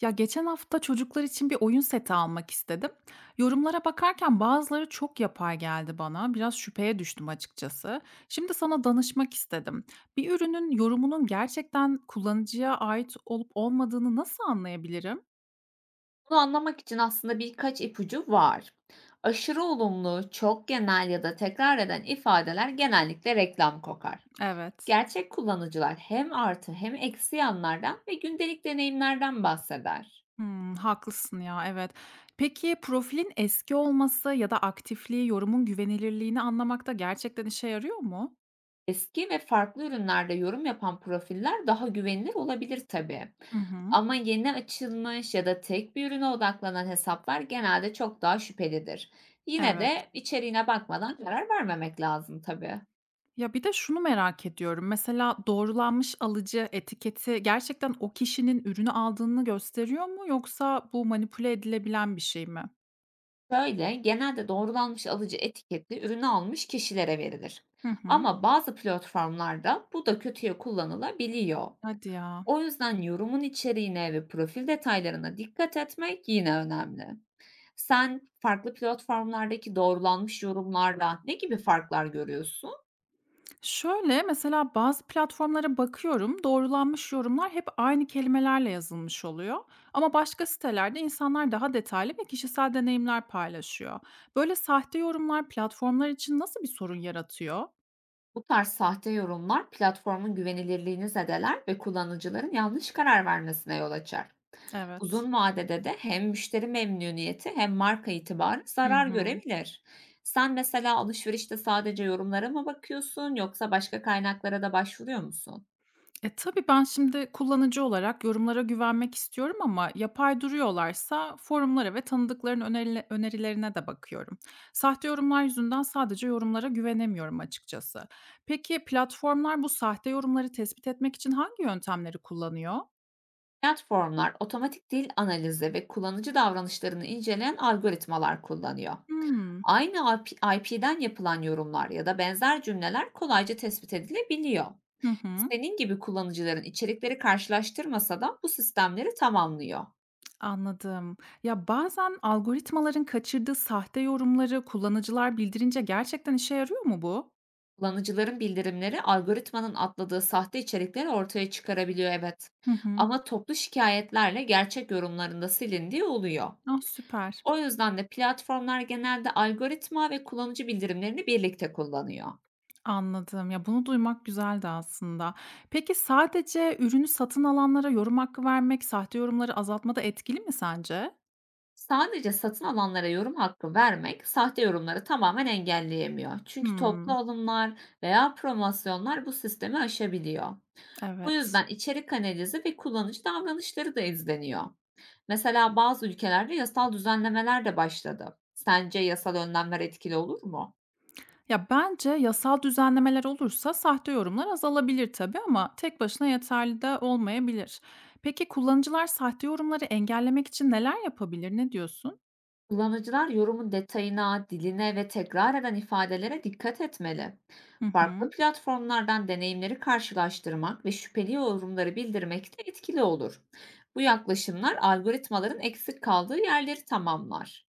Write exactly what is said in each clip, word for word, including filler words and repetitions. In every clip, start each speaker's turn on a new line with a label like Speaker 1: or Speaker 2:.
Speaker 1: Ya geçen hafta çocuklar için bir oyun seti almak istedim. Yorumlara bakarken bazıları çok yapay geldi bana. Biraz şüpheye düştüm açıkçası. Şimdi sana danışmak istedim. Bir ürünün yorumunun gerçekten kullanıcıya ait olup olmadığını nasıl anlayabilirim?
Speaker 2: Bunu anlamak için aslında birkaç ipucu var. Aşırı olumlu, çok genel ya da tekrar eden ifadeler genellikle reklam kokar.
Speaker 1: Evet.
Speaker 2: Gerçek kullanıcılar hem artı hem eksi yanlardan ve gündelik deneyimlerden bahseder.
Speaker 1: Hmm, haklısın ya, evet. Peki profilin eski olması ya da aktifliği yorumun güvenilirliğini anlamakta gerçekten işe yarıyor mu?
Speaker 2: Eski ve farklı ürünlerde yorum yapan profiller daha güvenilir olabilir tabii.
Speaker 1: Hı hı.
Speaker 2: Ama yeni açılmış ya da tek bir ürüne odaklanan hesaplar genelde çok daha şüphelidir. Yine
Speaker 1: Evet.
Speaker 2: de içeriğine bakmadan karar vermemek lazım tabii.
Speaker 1: Ya, bir de şunu merak ediyorum. Mesela doğrulanmış alıcı etiketi gerçekten o kişinin ürünü aldığını gösteriyor mu yoksa bu manipüle edilebilen bir şey mi?
Speaker 2: Şöyle, genelde doğrulanmış alıcı etiketli ürünü almış kişilere verilir.
Speaker 1: Hı hı.
Speaker 2: Ama bazı platformlarda bu da kötüye kullanılabiliyor.
Speaker 1: Hadi ya.
Speaker 2: O yüzden yorumun içeriğine ve profil detaylarına dikkat etmek yine önemli. Sen farklı platformlardaki doğrulanmış yorumlarla ne gibi farklar görüyorsun?
Speaker 1: Şöyle, mesela bazı platformlara bakıyorum, doğrulanmış yorumlar hep aynı kelimelerle yazılmış oluyor ama başka sitelerde insanlar daha detaylı ve kişisel deneyimler paylaşıyor. Böyle sahte yorumlar platformlar için nasıl bir sorun yaratıyor?
Speaker 2: Bu tarz sahte yorumlar platformun güvenilirliğini zedeler ve kullanıcıların yanlış karar vermesine yol açar.
Speaker 1: Evet.
Speaker 2: Uzun vadede de hem müşteri memnuniyeti hem marka itibarı
Speaker 1: Hı
Speaker 2: zarar
Speaker 1: hı.
Speaker 2: görebilir. Sen mesela alışverişte sadece yorumlara mı bakıyorsun yoksa başka kaynaklara da başvuruyor musun?
Speaker 1: E, tabii ben şimdi kullanıcı olarak yorumlara güvenmek istiyorum ama yapay duruyorlarsa forumlara ve tanıdıkların önerile- önerilerine de bakıyorum. Sahte yorumlar yüzünden sadece yorumlara güvenemiyorum açıkçası. Peki platformlar bu sahte yorumları tespit etmek için hangi yöntemleri kullanıyor?
Speaker 2: Platformlar otomatik dil analizi ve kullanıcı davranışlarını inceleyen algoritmalar kullanıyor.
Speaker 1: Hmm.
Speaker 2: Aynı I P'den yapılan yorumlar ya da benzer cümleler kolayca tespit edilebiliyor.
Speaker 1: Hı hı,
Speaker 2: Senin gibi kullanıcıların içerikleri karşılaştırmasa da bu sistemleri tamamlıyor.
Speaker 1: anladım. Ya bazen algoritmaların kaçırdığı sahte yorumları kullanıcılar bildirince gerçekten işe yarıyor mu bu?
Speaker 2: Kullanıcıların bildirimleri algoritmanın atladığı sahte içerikleri ortaya çıkarabiliyor, evet.
Speaker 1: Hı hı.
Speaker 2: Ama toplu şikayetlerle gerçek yorumlarında silindiği oluyor.
Speaker 1: Ah süper.
Speaker 2: O yüzden de platformlar genelde algoritma ve kullanıcı bildirimlerini birlikte kullanıyor.
Speaker 1: Anladım. Ya, bunu duymak güzeldi aslında. Peki sadece ürünü satın alanlara yorum hakkı vermek sahte yorumları azaltmada etkili mi sence?
Speaker 2: Sadece satın alanlara yorum hakkı vermek sahte yorumları tamamen engelleyemiyor. Çünkü toplu
Speaker 1: Hımm,
Speaker 2: alımlar veya promosyonlar bu sistemi aşabiliyor. Bu
Speaker 1: evet.
Speaker 2: yüzden içerik analizi ve kullanıcı davranışları da izleniyor. Mesela bazı ülkelerde yasal düzenlemeler de başladı. Sence yasal önlemler etkili olur mu?
Speaker 1: Ya, bence yasal düzenlemeler olursa sahte yorumlar azalabilir tabii ama tek başına yeterli de olmayabilir. Peki kullanıcılar sahte yorumları engellemek için neler yapabilir? Ne diyorsun?
Speaker 2: Kullanıcılar yorumun detayına, diline ve tekrar eden ifadelere dikkat etmeli.
Speaker 1: Hı
Speaker 2: Farklı
Speaker 1: hı.
Speaker 2: platformlardan deneyimleri karşılaştırmak ve şüpheli yorumları bildirmek de etkili olur. Bu yaklaşımlar algoritmaların eksik kaldığı yerleri tamamlar.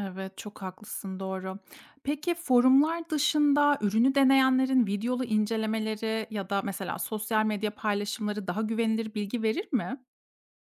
Speaker 1: Evet, çok haklısın, doğru. Peki forumlar dışında ürünü deneyenlerin videolu incelemeleri ya da mesela sosyal medya paylaşımları daha güvenilir bilgi verir mi?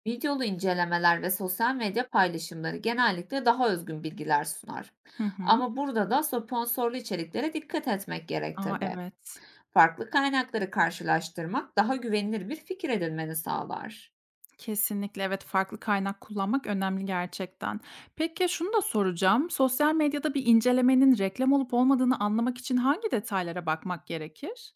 Speaker 2: Videolu incelemeler ve sosyal medya paylaşımları genellikle daha özgün bilgiler sunar.
Speaker 1: Hı hı.
Speaker 2: Ama burada da sponsorlu içeriklere dikkat etmek gerek
Speaker 1: A,
Speaker 2: tabii.
Speaker 1: evet.
Speaker 2: Farklı kaynakları karşılaştırmak daha güvenilir bir fikir edinmeni sağlar.
Speaker 1: Kesinlikle evet, farklı kaynak kullanmak önemli gerçekten. Peki şunu da soracağım. Sosyal medyada bir incelemenin reklam olup olmadığını anlamak için hangi detaylara bakmak gerekir?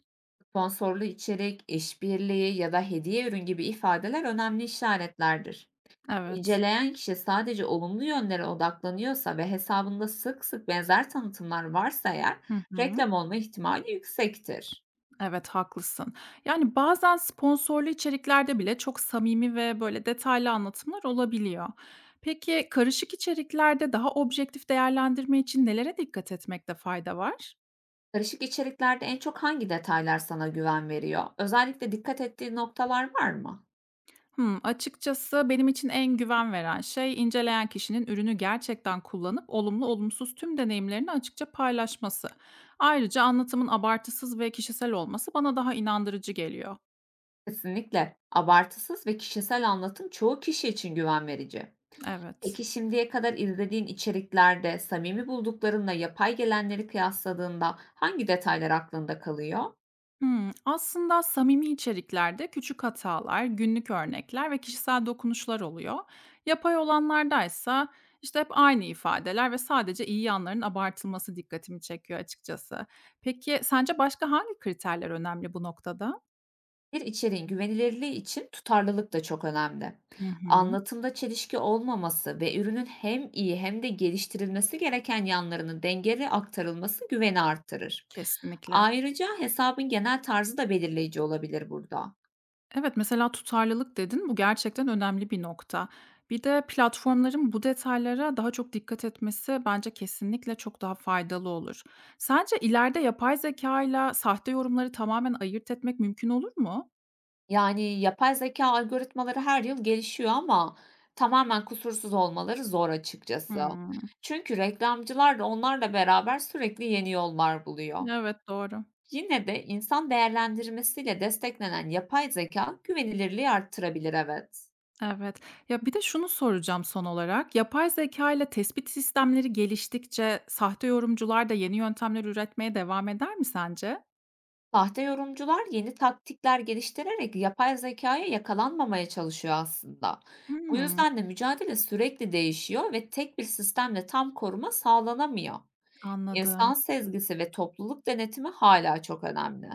Speaker 2: Sponsorlu içerik, işbirliği ya da hediye ürün gibi ifadeler önemli işaretlerdir.
Speaker 1: Evet.
Speaker 2: İnceleyen kişi sadece olumlu yönlere odaklanıyorsa ve hesabında sık sık benzer tanıtımlar varsa eğer
Speaker 1: Hı hı.
Speaker 2: reklam olma ihtimali yüksektir.
Speaker 1: Evet, haklısın. Yani bazen sponsorlu içeriklerde bile çok samimi ve böyle detaylı anlatımlar olabiliyor. Peki karışık içeriklerde daha objektif değerlendirme için nelere dikkat etmekte fayda var?
Speaker 2: Karışık içeriklerde en çok hangi detaylar sana güven veriyor? Özellikle dikkat ettiğin noktalar var mı?
Speaker 1: Hmm, açıkçası benim için en güven veren şey inceleyen kişinin ürünü gerçekten kullanıp olumlu olumsuz tüm deneyimlerini açıkça paylaşması. Ayrıca anlatımın abartısız ve kişisel olması bana daha inandırıcı geliyor.
Speaker 2: Kesinlikle. Abartısız ve kişisel anlatım çoğu kişi için güven verici.
Speaker 1: Evet.
Speaker 2: Peki şimdiye kadar izlediğin içeriklerde samimi bulduklarınla yapay gelenleri kıyasladığında hangi detaylar aklında kalıyor?
Speaker 1: Hımm. Aslında samimi içeriklerde küçük hatalar, günlük örnekler ve kişisel dokunuşlar oluyor. Yapay olanlardaysa, işte, hep aynı ifadeler ve sadece iyi yanların abartılması dikkatimi çekiyor açıkçası. Peki sence başka hangi kriterler önemli bu noktada?
Speaker 2: Bir içeriğin güvenilirliği için tutarlılık da çok önemli.
Speaker 1: Hı hı.
Speaker 2: Anlatımda çelişki olmaması ve ürünün hem iyi hem de geliştirilmesi gereken yanlarının dengeli aktarılması güveni arttırır.
Speaker 1: Kesinlikle.
Speaker 2: Ayrıca hesabın genel tarzı da belirleyici olabilir burada.
Speaker 1: Evet, mesela tutarlılık dedin. Bu gerçekten önemli bir nokta. Bir de platformların bu detaylara daha çok dikkat etmesi bence kesinlikle çok daha faydalı olur. Sence ileride yapay zeka ile sahte yorumları tamamen ayırt etmek mümkün olur mu?
Speaker 2: Yani, yapay zeka algoritmaları her yıl gelişiyor ama tamamen kusursuz olmaları zor açıkçası.
Speaker 1: Hımm.
Speaker 2: Çünkü reklamcılar da onlarla beraber sürekli yeni yollar buluyor.
Speaker 1: Evet, doğru.
Speaker 2: Yine de insan değerlendirmesiyle desteklenen yapay zeka güvenilirliği arttırabilir, evet.
Speaker 1: Evet. Ya, bir de şunu soracağım son olarak. Yapay zeka ile tespit sistemleri geliştikçe sahte yorumcular da yeni yöntemler üretmeye devam eder mi sence?
Speaker 2: Sahte yorumcular yeni taktikler geliştirerek yapay zekaya yakalanmamaya çalışıyor aslında. Bu
Speaker 1: Hımm,
Speaker 2: yüzden de mücadele sürekli değişiyor ve tek bir sistemle tam koruma sağlanamıyor. İnsan
Speaker 1: anladım.
Speaker 2: sezgisi ve topluluk denetimi hâlâ çok önemli.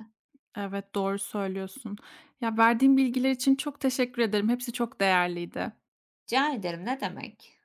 Speaker 1: Evet, doğru söylüyorsun. Ya, verdiğin bilgiler için çok teşekkür ederim. Hepsi çok değerliydi.
Speaker 2: Rica ederim, ne demek.